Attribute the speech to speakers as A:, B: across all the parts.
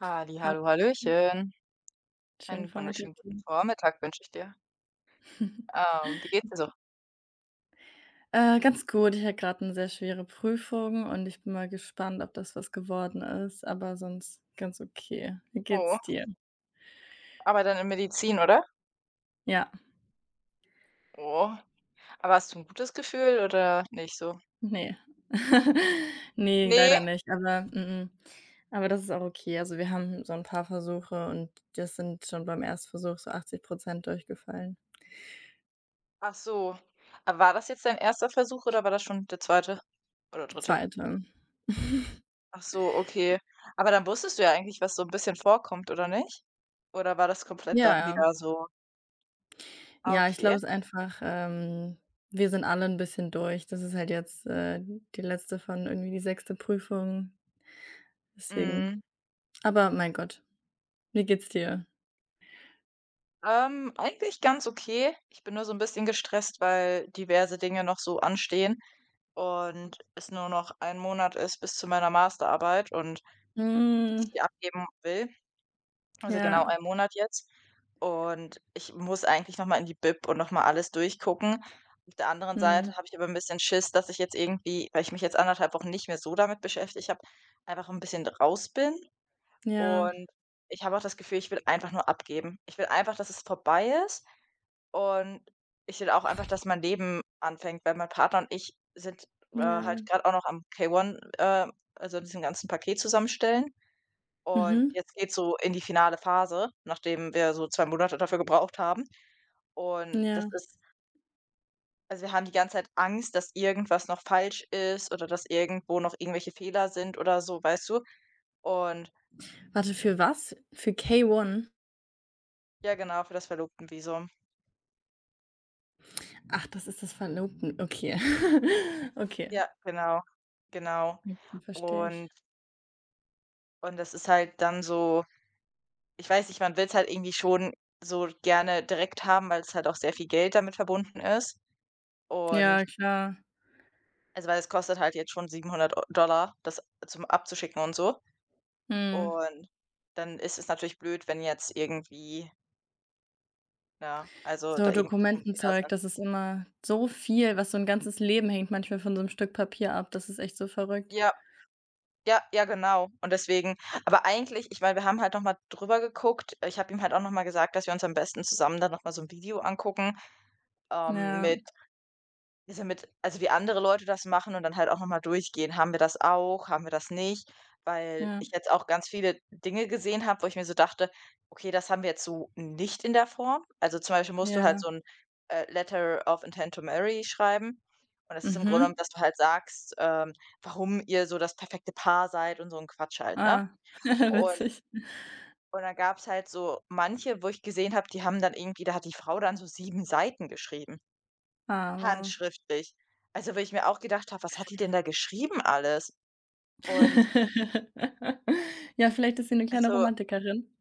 A: Halli,
B: Ha
A: Hallo, hallöchen.
B: Schönen
A: Einen
B: Vormittag
A: wunderschönen guten
B: dir.
A: Vormittag wünsche ich dir. Wie geht's dir so?
B: Ganz gut. Ich hatte gerade 'ne sehr schwere Prüfung und ich bin mal gespannt, ob das was geworden ist, aber sonst ganz okay. Wie
A: Oh,
B: geht's dir?
A: aber dann in Medizin, oder?
B: Ja,
A: Oh, aber hast du 'n gutes Gefühl oder nicht so?
B: ne. Ne,
A: Ne?
B: leider nicht, aber mm, mm. Aber das ist auch okay. Also, wir haben so 'n paar Versuche und das sind schon beim Erstversuch so 80 durchgefallen.
A: Ach so. Aber war das jetzt dein erster Versuch oder war das schon der zweite oder dritte?
B: 2.
A: Ach so, okay. Aber dann wusstest du ja eigentlich, was so 'n bisschen vorkommt, oder nicht? Oder war das komplett
B: Ja,
A: dann
B: ja.
A: wieder so ah,
B: Ja, ich
A: okay.
B: glaube, es ist einfach wir sind alle ein bisschen durch. Das ist halt jetzt, die letzte von irgendwie die sechste Prüfung, deswegen.
A: Mhm.
B: Aber mein Gott, wie geht's dir?
A: Eigentlich ganz okay. Ich bin nur so 'n bisschen gestresst, weil diverse Dinge noch so anstehen und es nur noch ein Monat ist bis zu meiner Masterarbeit und dass
B: Mhm,
A: ich die abgeben will. Also genau
B: ja,
A: ein Monat jetzt. Und ich muss eigentlich noch mal in die Bib und noch mal alles durchgucken. Auf der anderen Seite
B: mhm,
A: habe ich aber ein bisschen Schiss, dass ich jetzt irgendwie, weil ich mich jetzt anderthalb Wochen nicht mehr so damit beschäftigt habe, einfach ein bisschen raus bin.
B: ja,
A: Und ich habe auch das Gefühl, ich will einfach nur abgeben. Ich will einfach, dass es vorbei ist, und ich will auch einfach, dass mein Leben anfängt, weil mein Partner und ich sind,
B: ja,
A: halt gerade auch noch am k eins, äh, also diesem ganzen Paket zusammenstellen. Und
B: mhm,
A: jetzt geht's so in die finale Phase, nachdem wir so 2 Monate dafür gebraucht haben. Und das
B: ja.
A: ist, also wir haben die ganze Zeit Angst, dass irgendwas noch falsch ist oder dass irgendwo noch irgendwelche Fehler sind oder so, weißt du? Und
B: Warte, für was? Für K1?
A: ja, genau, für das Verlobtenvisum.
B: Ach, das ist das Verlobten okay. Okay,
A: Ja, genau, genau.
B: okay, verstehe
A: Und
B: ich.
A: und das ist halt dann so. Ich weiß nicht, man will's halt irgendwie schon so gerne direkt haben, weil's halt auch sehr viel Geld damit verbunden ist. Und
B: Ja, klar.
A: also, weil es kostet halt jetzt schon 700 Eu Dollar, das zum abzuschicken und so.
B: Mhm.
A: Und dann ist es natürlich blöd, wenn jetzt irgendwie, ja, also
B: So
A: da irgendwelche Fehler
B: Dokumentenzeug,
A: sind.
B: das ist immer so viel, was so 'n ganzes Leben hängt manchmal von so 'nem Stück Papier ab. Das ist echt so verrückt.
A: Ja, ja, ja, genau. Und deswegen aber eigentlich ich meine, wir haben halt noch mal drüber geguckt. Ich habe ihm halt auch noch mal gesagt, dass wir uns am besten zusammen dann noch mal so 'n Video angucken,
B: Ja,
A: mit. Ist ja mit, also, wie andere Leute das machen und dann halt auch nochmal durchgehen: „Haben wir das auch? Haben wir das nicht?“ Weil
B: ja,
A: ich jetzt auch ganz viele Dinge gesehen habe, wo ich mir so dachte: „Okay, das haben wir jetzt so nicht in der Form.“ Also, zum Beispiel musst du halt
B: ja.
A: so ein Letter of Intent to Marry schreiben. Und das ist im Grunde genommen,
B: Mhm.
A: dass du halt sagst, warum ihr so das perfekte Paar seid und so ein Quatsch halt, ne?
B: Ah,
A: Und
B: witzig.
A: und dann gab es halt so manche, wo ich gesehen habe, die haben dann irgendwie, da hat die Frau dann so 7 Seiten geschrieben.
B: Ah, wow.
A: Handschriftlich. Also, wo ich mir auch gedacht habe: „Was hat die denn da geschrieben alles?“ Und
B: Ja, vielleicht ist sie 'ne kleine
A: also,
B: Romantikerin.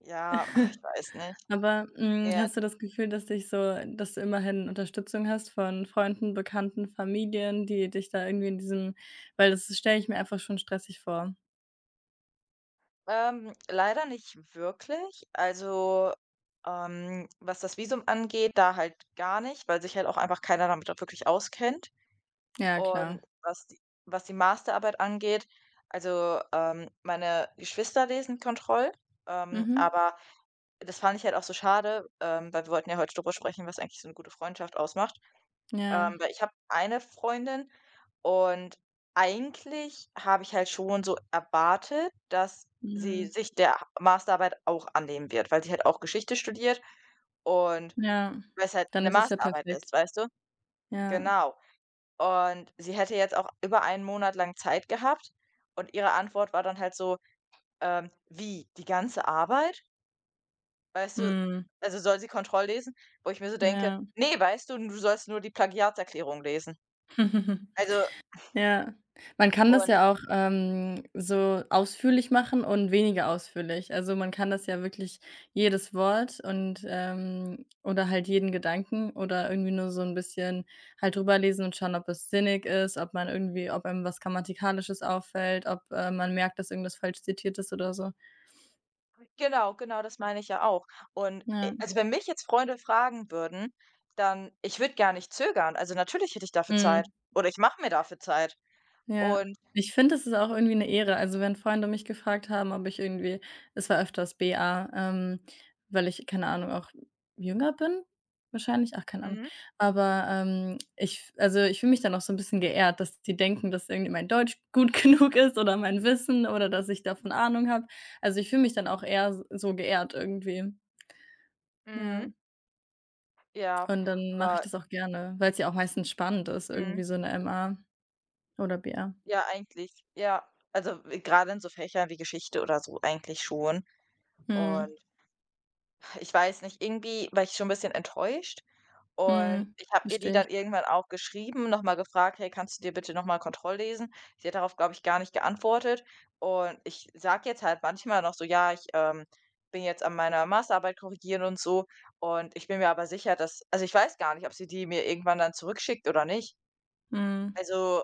A: ja, ach, ich weiß nicht.
B: Aber,
A: Ne,
B: hast du das Gefühl, dass dich so dass du immerhin Unterstützung hast von Freunden, Bekannten, Familien, die dich da irgendwie in diesem weil das stelle ich mir einfach schon stressig vor.
A: leider nicht wirklich. Also, was das Visum angeht, da halt gar nicht, weil sich halt auch einfach keiner damit auch wirklich auskennt.
B: Ja, klar.
A: Und was die Masterarbeit angeht, also, meine Geschwister lesen Kontroll,
B: Mhm.
A: aber das fand ich halt auch so schade, weil wir wollten ja heute drüber sprechen, was eigentlich so 'ne gute Freundschaft ausmacht.
B: Ja.
A: Weil ich habe eine Freundin und eigentlich habe ich halt schon so erwartet, dass sie
B: Mhm.
A: sich der Masterarbeit auch annehmen wird, weil sie halt auch Geschichte studiert und
B: Ja,
A: weil es halt
B: dann
A: 'ne
B: ist es ja
A: Masterarbeit
B: perfekt.
A: ist, weißt du?
B: Ja,
A: Genau. Und sie hätte jetzt auch über einen Monat lang Zeit gehabt und ihre Antwort war dann halt so, „Wie, die ganze Arbeit?“ Weißt du?
B: mhm,
A: Also, soll sie Kontrolllesen, wo ich mir so denke:
B: ja.
A: „Ne, weißt du, du sollst nur die Plagiatserklärung lesen.“ Also
B: Ja. Man kann das
A: und
B: ja auch, so ausführlich machen und weniger ausführlich. Also, man kann das ja wirklich jedes Wort und, oder halt jeden Gedanken oder irgendwie nur so ein bisschen halt drüber lesen und schauen, ob es sinnig ist, ob man irgendwie ob einem was Grammatikalisches auffällt, ob, man merkt, dass irgendwas falsch zitiert ist oder so.
A: Genau, genau, das meine ich ja auch. Und,
B: Ja,
A: also, wenn mich jetzt Freunde fragen würden, dann ich würde gar nicht zögern. Also, natürlich hätte ich dafür Zeit
B: mhm.
A: oder ich mache mir dafür Zeit.
B: Ja.
A: Und
B: Ich finde, es ist auch irgendwie eine Ehre. Also, wenn Freunde mich gefragt haben, ob ich irgendwie es war öfters BA, weil ich, keine Ahnung, auch jünger bin wahrscheinlich? Ach, keine Ahnung.
A: mhm,
B: Aber, ich also, ich fühle mich dann auch so ein bisschen geehrt, dass die denken, dass irgendwie mein Deutsch gut genug ist oder mein Wissen oder dass ich davon Ahnung habe. Also, ich fühle mich dann auch eher s so geehrt irgendwie. Ja.
A: mhm, ja,
B: Und dann mache ich
A: aber
B: das auch gerne, weil es ja auch meistens spannend ist,
A: mhm,
B: irgendwie so 'ne MA oder BA.
A: ja, eigentlich, ja. Also, w grade in so Fächern wie Geschichte oder so eigentlich schon.
B: Mhm.
A: Und ich weiß nicht, irgendwie war ich schon ein bisschen enttäuscht. Und
B: Mhm.
A: ich habe ihr die
B: Verstehe ich.
A: dann irgendwann auch geschrieben, nochmal gefragt: „Hey, kannst du dir bitte nochmal mal Kontrolllesen?“ Sie hat darauf, glaube ich, gar nicht geantwortet. Und ich sage jetzt halt manchmal noch so: „Ja, ich, bin jetzt an meiner Masterarbeit korrigieren und so.“ Und ich bin mir aber sicher, dass, also, ich weiß gar nicht, ob sie die mir irgendwann dann zurückschickt oder nicht.
B: Mhm.
A: Also,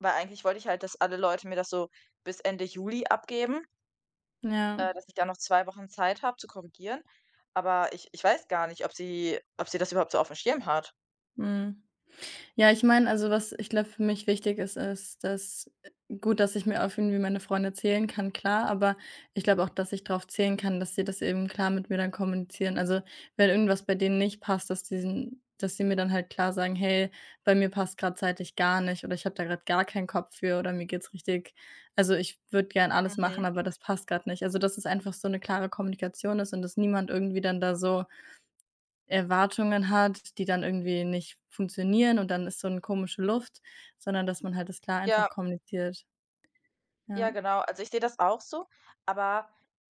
A: weil eigentlich wollte ich halt, dass alle Leute mir das so bis Ende Juli abgeben,
B: Ja,
A: dass ich da noch 2 Wochen Zeit habe zu korrigieren. Aber ich weiß gar nicht, ob sie das überhaupt so auf dem Schirm hat.
B: mhm. Ja, ich meine, also, was ich glaube, für mich wichtig ist, ist, dass gut, dass ich mir auf irgendwie meine Freunde zählen kann, klar, aber ich glaube auch, dass ich darauf zählen kann, dass sie das eben klar mit mir dann kommunizieren. Also, wenn irgendwas bei denen nicht passt, dass diesen dass sie mir dann halt klar sagen: „Hey, bei mir passt grad zeitlich gar nicht" oder „Ich habe da gerade gar keinen Kopf für" oder „Mir geht's richtig also, ich würde gern alles
A: Mhm.
B: machen, aber das passt gerade nicht." Also, dass es einfach so eine klare Kommunikation ist und dass niemand irgendwie dann da so Erwartungen hat, die dann irgendwie nicht funktionieren und dann ist so 'ne komische Luft, sondern dass man halt das klar einfach
A: Ja.
B: kommuniziert. Ja.
A: Ja, genau. Also, ich sehe das auch so, aber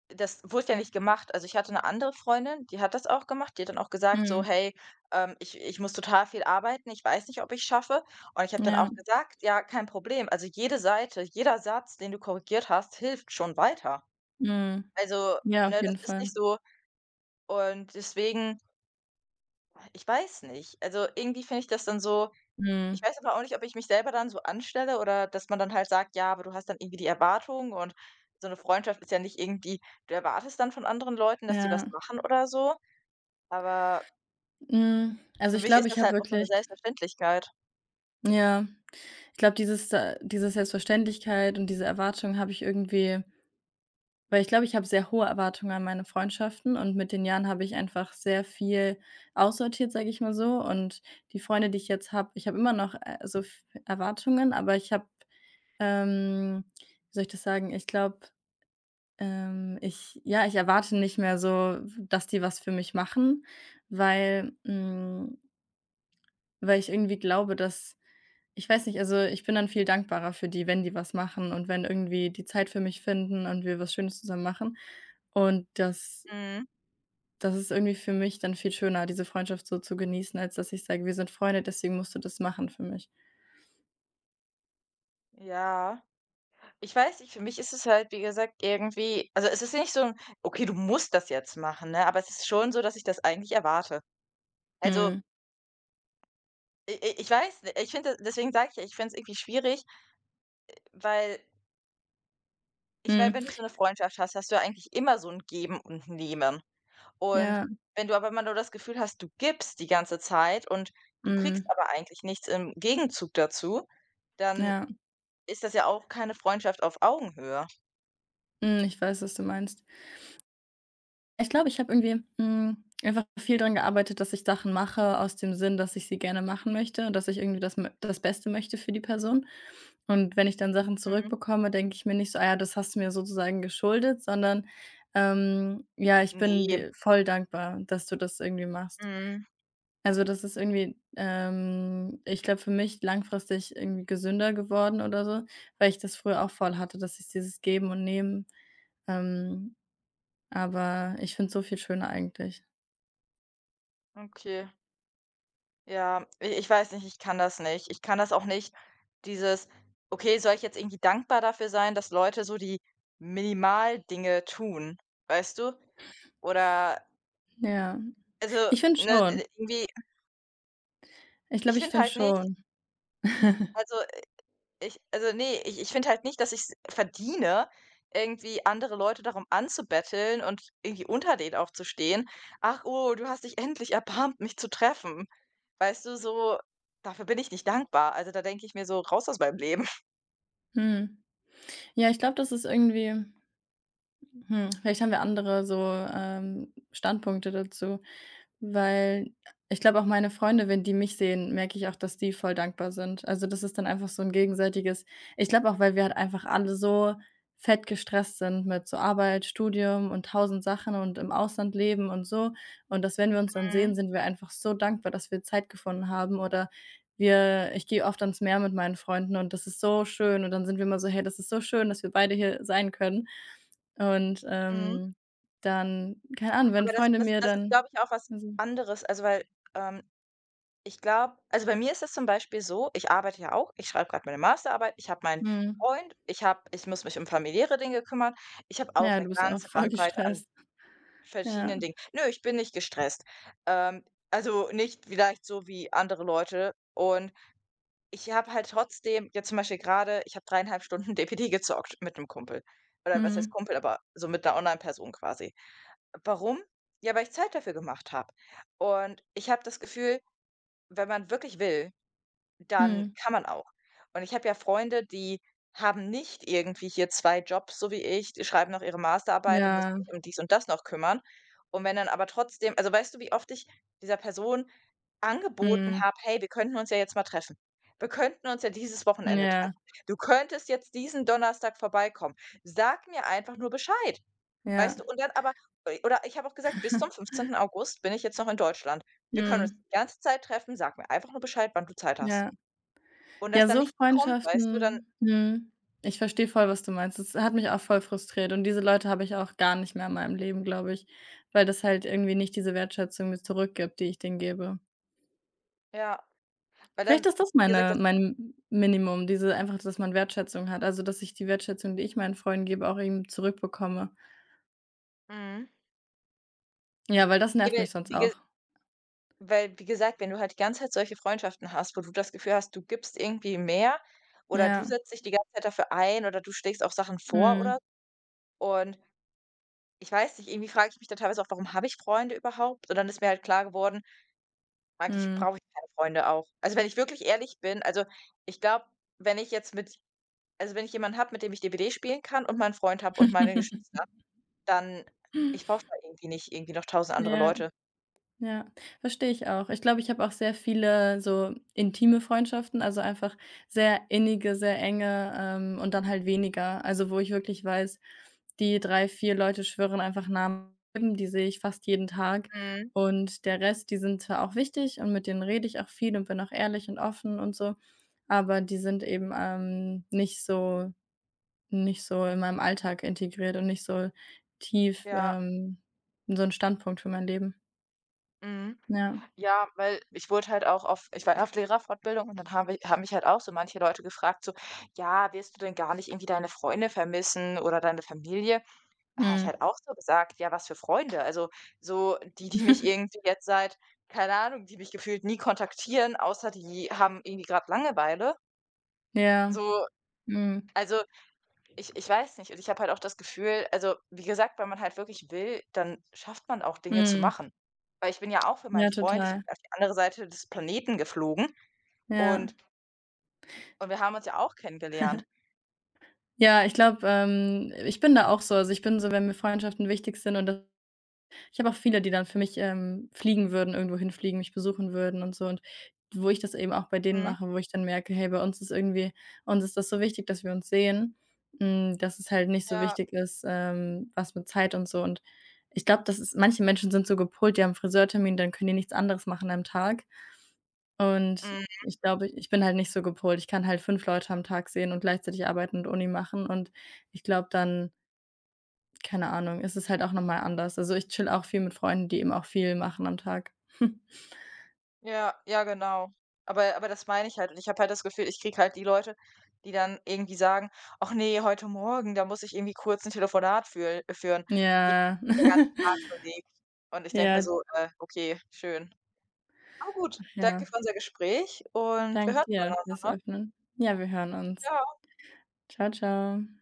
A: das wurde ja nicht gemacht. Also, ich hatte eine andere Freundin, die hat das auch gemacht. Die hat dann auch gesagt so:
B: Mhm.
A: „Hey, ich muss total viel arbeiten. Ich weiß nicht, ob ich schaffe.“ Und ich habe dann
B: Ja.
A: auch gesagt: „Ja, kein Problem. Also, jede Seite, jeder Satz, den du korrigiert hast, hilft schon weiter.“
B: Mhm.
A: Also,
B: Ja, auf
A: ne, das
B: jeden
A: ist
B: Fall.
A: nicht so, und deswegen ich weiß nicht. Also, irgendwie finde ich das dann so, ich
B: Mhm.
A: weiß aber auch nicht, ob ich mich selber dann so anstelle oder dass man dann halt sagt: „Ja, aber du hast dann irgendwie die Erwartung“, und so eine Freundschaft ist ja nicht irgendwie, du erwartest dann von anderen Leuten, dass die was
B: Ja.
A: machen oder so, aber
B: Hm, also,
A: für
B: ich
A: mich
B: glaube,
A: ist
B: ich
A: das
B: habe
A: halt auch so eine
B: wirklich
A: Selbstverständlichkeit.
B: ja, ich glaube, dieses, diese Selbstverständlichkeit und diese Erwartung habe ich irgendwie Weil ich glaube, ich habe sehr hohe Erwartungen an meine Freundschaften und mit den Jahren habe ich einfach sehr viel aussortiert, sage ich mal so. Und die Freunde, die ich jetzt habe ich habe immer noch, so v Erwartungen, aber ich habe, wie soll ich das sagen? Ich glaube, ich erwarte nicht mehr so, dass die was für mich machen, weil hm, weil ich irgendwie glaube, dass ich weiß nicht, also, ich bin dann viel dankbarer für die, wenn die was machen und wenn irgendwie die Zeit für mich finden und wir was Schönes zusammen machen. Und das
A: Mhm.
B: Das ist irgendwie für mich dann viel schöner, diese Freundschaft so zu genießen, als dass ich sage: „Wir sind Freunde, deswegen musst du das machen für mich."
A: Ja. Ich weiß nicht, für mich ist es halt, wie gesagt, irgendwie, also, es ist nicht so 'n: „Okay, du musst das jetzt machen“, ne, aber es ist schon so, dass ich das eigentlich erwarte. Also,
B: Mhm.
A: i ich weiß, ni- ich finde, deswegen sage ich ja, ich finde es irgendwie schwierig, weil ich meine,
B: Mhm.
A: wenn du so eine Freundschaft hast, hast du ja eigentlich immer so 'n Geben und Nehmen. Und
B: Ja.
A: wenn du aber immer nur das Gefühl hast, du gibst die ganze Zeit und du kriegst
B: Mhm.
A: aber eigentlich nichts im Gegenzug dazu, dann
B: Ja.
A: ist das ja auch keine Freundschaft auf Augenhöhe.
B: Mhm, ich weiß, was du meinst. Ich glaube, ich habe irgendwie, einfach viel dran gearbeitet, dass ich Sachen mache aus dem Sinn, dass ich sie gerne machen möchte und dass ich irgendwie das Beste möchte für die Person. Und wenn ich dann Sachen
A: Mhm.
B: zurückbekomme, denke ich mir nicht so: „Ah ja, das hast du mir sozusagen geschuldet", sondern, ja, ich bin
A: Ne.
B: dir voll dankbar, dass du das irgendwie machst.
A: Mhm.
B: Also, das ist irgendwie, ich glaube, für mich langfristig irgendwie gesünder geworden oder so, weil ich das früher auch voll hatte, dass ich dieses Geben und Nehmen, ähm, aber ich finde es so viel schöner eigentlich.
A: Okay. Ja, i ich weiß nicht, ich kann das nicht. Ich kann das auch nicht, dieses: „Okay, soll ich jetzt irgendwie dankbar dafür sein, dass Leute so die Minimaldinge tun?“ Weißt du? Oder
B: Ja,
A: also,
B: ich finde
A: ne,
B: schon.
A: irgendwie
B: Ich glaube,
A: ich
B: ich
A: finde
B: finde
A: halt nicht,
B: schon.
A: also, ich, also, nee, ich finde halt nicht, dass ich es verdiene, irgendwie andere Leute darum anzubetteln und irgendwie unter denen aufzustehen. „Ach, oh, du hast dich endlich erbarmt, mich zu treffen.“ Weißt du, so dafür bin ich nicht dankbar. Also, da denke ich mir so: „Raus aus meinem Leben.“
B: Mhm. Ja, ich glaube, das ist irgendwie vielleicht haben wir andere so, Standpunkte dazu, weil ich glaube auch meine Freunde, wenn die mich sehen, merke ich auch, dass die voll dankbar sind. Also, das ist dann einfach so ein gegenseitiges ich glaube auch, weil wir halt einfach alle so fett gestresst sind mit so Arbeit, Studium und 1.000 Sachen und im Ausland leben und so. Und dass, wenn wir uns dann
A: Mhm,
B: sehen, sind wir einfach so dankbar, dass wir Zeit gefunden haben oder wir ich gehe oft ans Meer mit meinen Freunden und das ist so schön und dann sind wir immer so: „Hey, das ist so schön, dass wir beide hier sein können." Und,
A: mhm.
B: dann keine Ahnung, wenn
A: Aber das
B: Freunde
A: das
B: mir
A: das ist,
B: dann
A: glaube ich, auch was
B: also
A: anderes, also, weil, ähm, ich glaube, also, bei mir ist es zum Beispiel so, ich arbeite ja auch, ich schreibe gerade meine Masterarbeit, ich habe meinen
B: mhm.
A: Freund, ich habe, ich muss mich um familiäre Dinge kümmern. Ich habe auch
B: Ja,
A: eine
B: du bist auch
A: ganze
B: voll
A: Bandbreite an
B: gestresst. Ja.
A: verschiedenen Dingen. Nö, ich bin nicht gestresst. Ähm, also, nicht vielleicht so wie andere Leute, und ich habe halt trotzdem jetzt zum Beispiel gerade, ich habe dreieinhalb Stunden DPD gezockt mit 'nem Kumpel. Oder was heißt
B: Mhm.
A: Kumpel, aber so mit einer Online-Person quasi. Warum? Ja, weil ich Zeit dafür gemacht habe, und ich habe das Gefühl, wenn man wirklich will, dann
B: Mhm.
A: kann man auch. Und ich habe ja Freunde, die haben nicht irgendwie hier 2 Jobs, so wie ich, die schreiben noch ihre Masterarbeit und müssen
B: Ja.
A: sich um dies und das noch kümmern. Und wenn dann aber trotzdem, also, weißt du, wie oft ich dieser Person angeboten
B: Mhm.
A: habe: „Hey, wir könnten uns ja jetzt mal treffen. Wir könnten uns ja dieses Wochenende
B: Ja.
A: treffen. Du könntest jetzt diesen Donnerstag vorbeikommen. Sag mir einfach nur Bescheid.“ Weißt
B: Ja.
A: du? Und dann aber oder ich habe auch gesagt: „Bis zum fünfzehnten August bin ich jetzt noch in Deutschland. Wir können uns
B: Mhm.
A: die ganze Zeit treffen. Sag mir einfach nur Bescheid, wann du Zeit hast.“
B: Ja.
A: Und dass
B: Ja,
A: dann
B: so
A: nichts kommt, weißt du, dann
B: Freundschaften mhm. Ich verstehe voll, was du meinst. Das hat mich auch voll frustriert und diese Leute habe ich auch gar nicht mehr in meinem Leben, glaube ich, weil das halt irgendwie nicht diese Wertschätzung mir zurückgibt, die ich denen gebe.
A: ja, weil
B: Vielleicht
A: dann,
B: ist das
A: wie gesagt,
B: meine
A: das
B: mein Minimum, diese einfach, dass man Wertschätzung hat. Also, dass ich die Wertschätzung, die ich meinen Freunden gebe, auch eben zurückbekomme.
A: Mhm.
B: Ja, weil das
A: Ne,
B: nervt
A: weil
B: mich sonst
A: wie ge,
B: auch.
A: weil, wie gesagt, wenn du halt die ganze Zeit solche Freundschaften hast, wo du das Gefühl hast, du gibst irgendwie mehr oder du
B: Ja.
A: setzt dich die ganze Zeit dafür ein oder du schlägst auch Sachen vor oder
B: Mhm.
A: und ich weiß nicht, irgendwie frage ich mich dann teilweise auch: „Warum habe ich Freunde überhaupt?“ Und dann ist mir halt klar geworden, eigentlich
B: Mhm.
A: brauche ich keine Freunde auch. Also, wenn ich wirklich ehrlich bin, also, ich glaube, wenn ich jetzt mit, also, wenn ich jemanden habe, mit dem ich DBD spielen kann und meinen Freund habe und meine Geschwister, dann ich brauche da irgendwie nicht irgendwie noch tausend andere
B: Ja.
A: Leute.
B: Ja, verstehe ich auch. Ich glaube, ich habe auch sehr viele so intime Freundschaften, also einfach sehr innige, sehr enge, und dann halt weniger. Also, wo ich wirklich weiß, die 3 4 Leute schwören einfach Namen, die sehe ich fast jeden Tag
A: Mhm.
B: und der Rest, die sind zwar auch wichtig und mit denen rede ich auch viel und bin auch ehrlich und offen und so, aber die sind eben, nicht so in meinem Alltag integriert und nicht so tief,
A: Ja.
B: so ein Standpunkt für mein Leben.
A: Mhm.
B: Ja,
A: Ja, weil ich wurde halt auch auf ich war ja auf Lehrerfortbildung und dann haben wir, haben mich halt auch so manche Leute gefragt, so: „Ja, wirst du denn gar nicht irgendwie deine Freunde vermissen oder deine Familie?“ Da habe ich
B: mhm.
A: halt auch so gesagt: „Ja, was für Freunde?“ Also, so die, die mich irgendwie jetzt seit keine Ahnung, die mich gefühlt nie kontaktieren, außer die haben irgendwie grad Langeweile.
B: Ja,
A: So,
B: mhm,
A: also ich weiß nicht, und ich habe halt auch das Gefühl, also, wie gesagt, wenn man halt wirklich will, dann schafft man auch Dinge zu
B: mhm.
A: machen. Weil ich bin ja auch für meinen
B: Ja,
A: Freund, ich bin
B: total.
A: auf die andere Seite des Planeten geflogen
B: Ja.
A: und und wir haben uns ja auch kennengelernt.
B: Ja, ich glaube, ich bin da auch so. Also, ich bin so, wenn mir Freundschaften wichtig sind und das ich habe auch viele, die dann für mich, fliegen würden, irgendwo hinfliegen, mich besuchen würden und so und wo ich das eben auch bei denen
A: Mhm.
B: mache, wo ich dann merke: „Hey, bei uns ist irgendwie uns ist das so wichtig, dass wir uns sehen, dass es halt nicht so
A: Ja,
B: wichtig ist, was mit Zeit und so." Und ich glaube, das ist manche Menschen sind so gepolt, die haben einen Friseurtermin, dann können die nichts anderes machen am Tag. Und
A: mhm,
B: ich glaube, ich bin halt nicht so gepolt. Ich kann halt 5 Leute am Tag sehen und gleichzeitig Arbeiten und Uni machen und ich glaube dann keine Ahnung, ist es halt auch noch mal anders. Also, ich chill auch viel mit Freunden, die eben auch viel machen am Tag.
A: ja, ja, genau. Aber das meine ich halt und ich habe halt das Gefühl, ich kriege halt die Leute, die dann irgendwie sagen: „Ach nee, heute Morgen, da muss ich irgendwie kurz ein Telefonat fühl führen.“ Ne,
B: Ja.
A: der ganze Tag belegt. Und ich denke mir
B: Ja,
A: so: okay, schön.“ Oh gut, danke
B: ja.
A: für unser Gespräch und wir
B: Danke
A: hören
B: dir
A: voneinander,
B: fürs
A: ne?
B: Öffnen. Ja, wir hören uns.
A: Ja.
B: Ciao, ciao.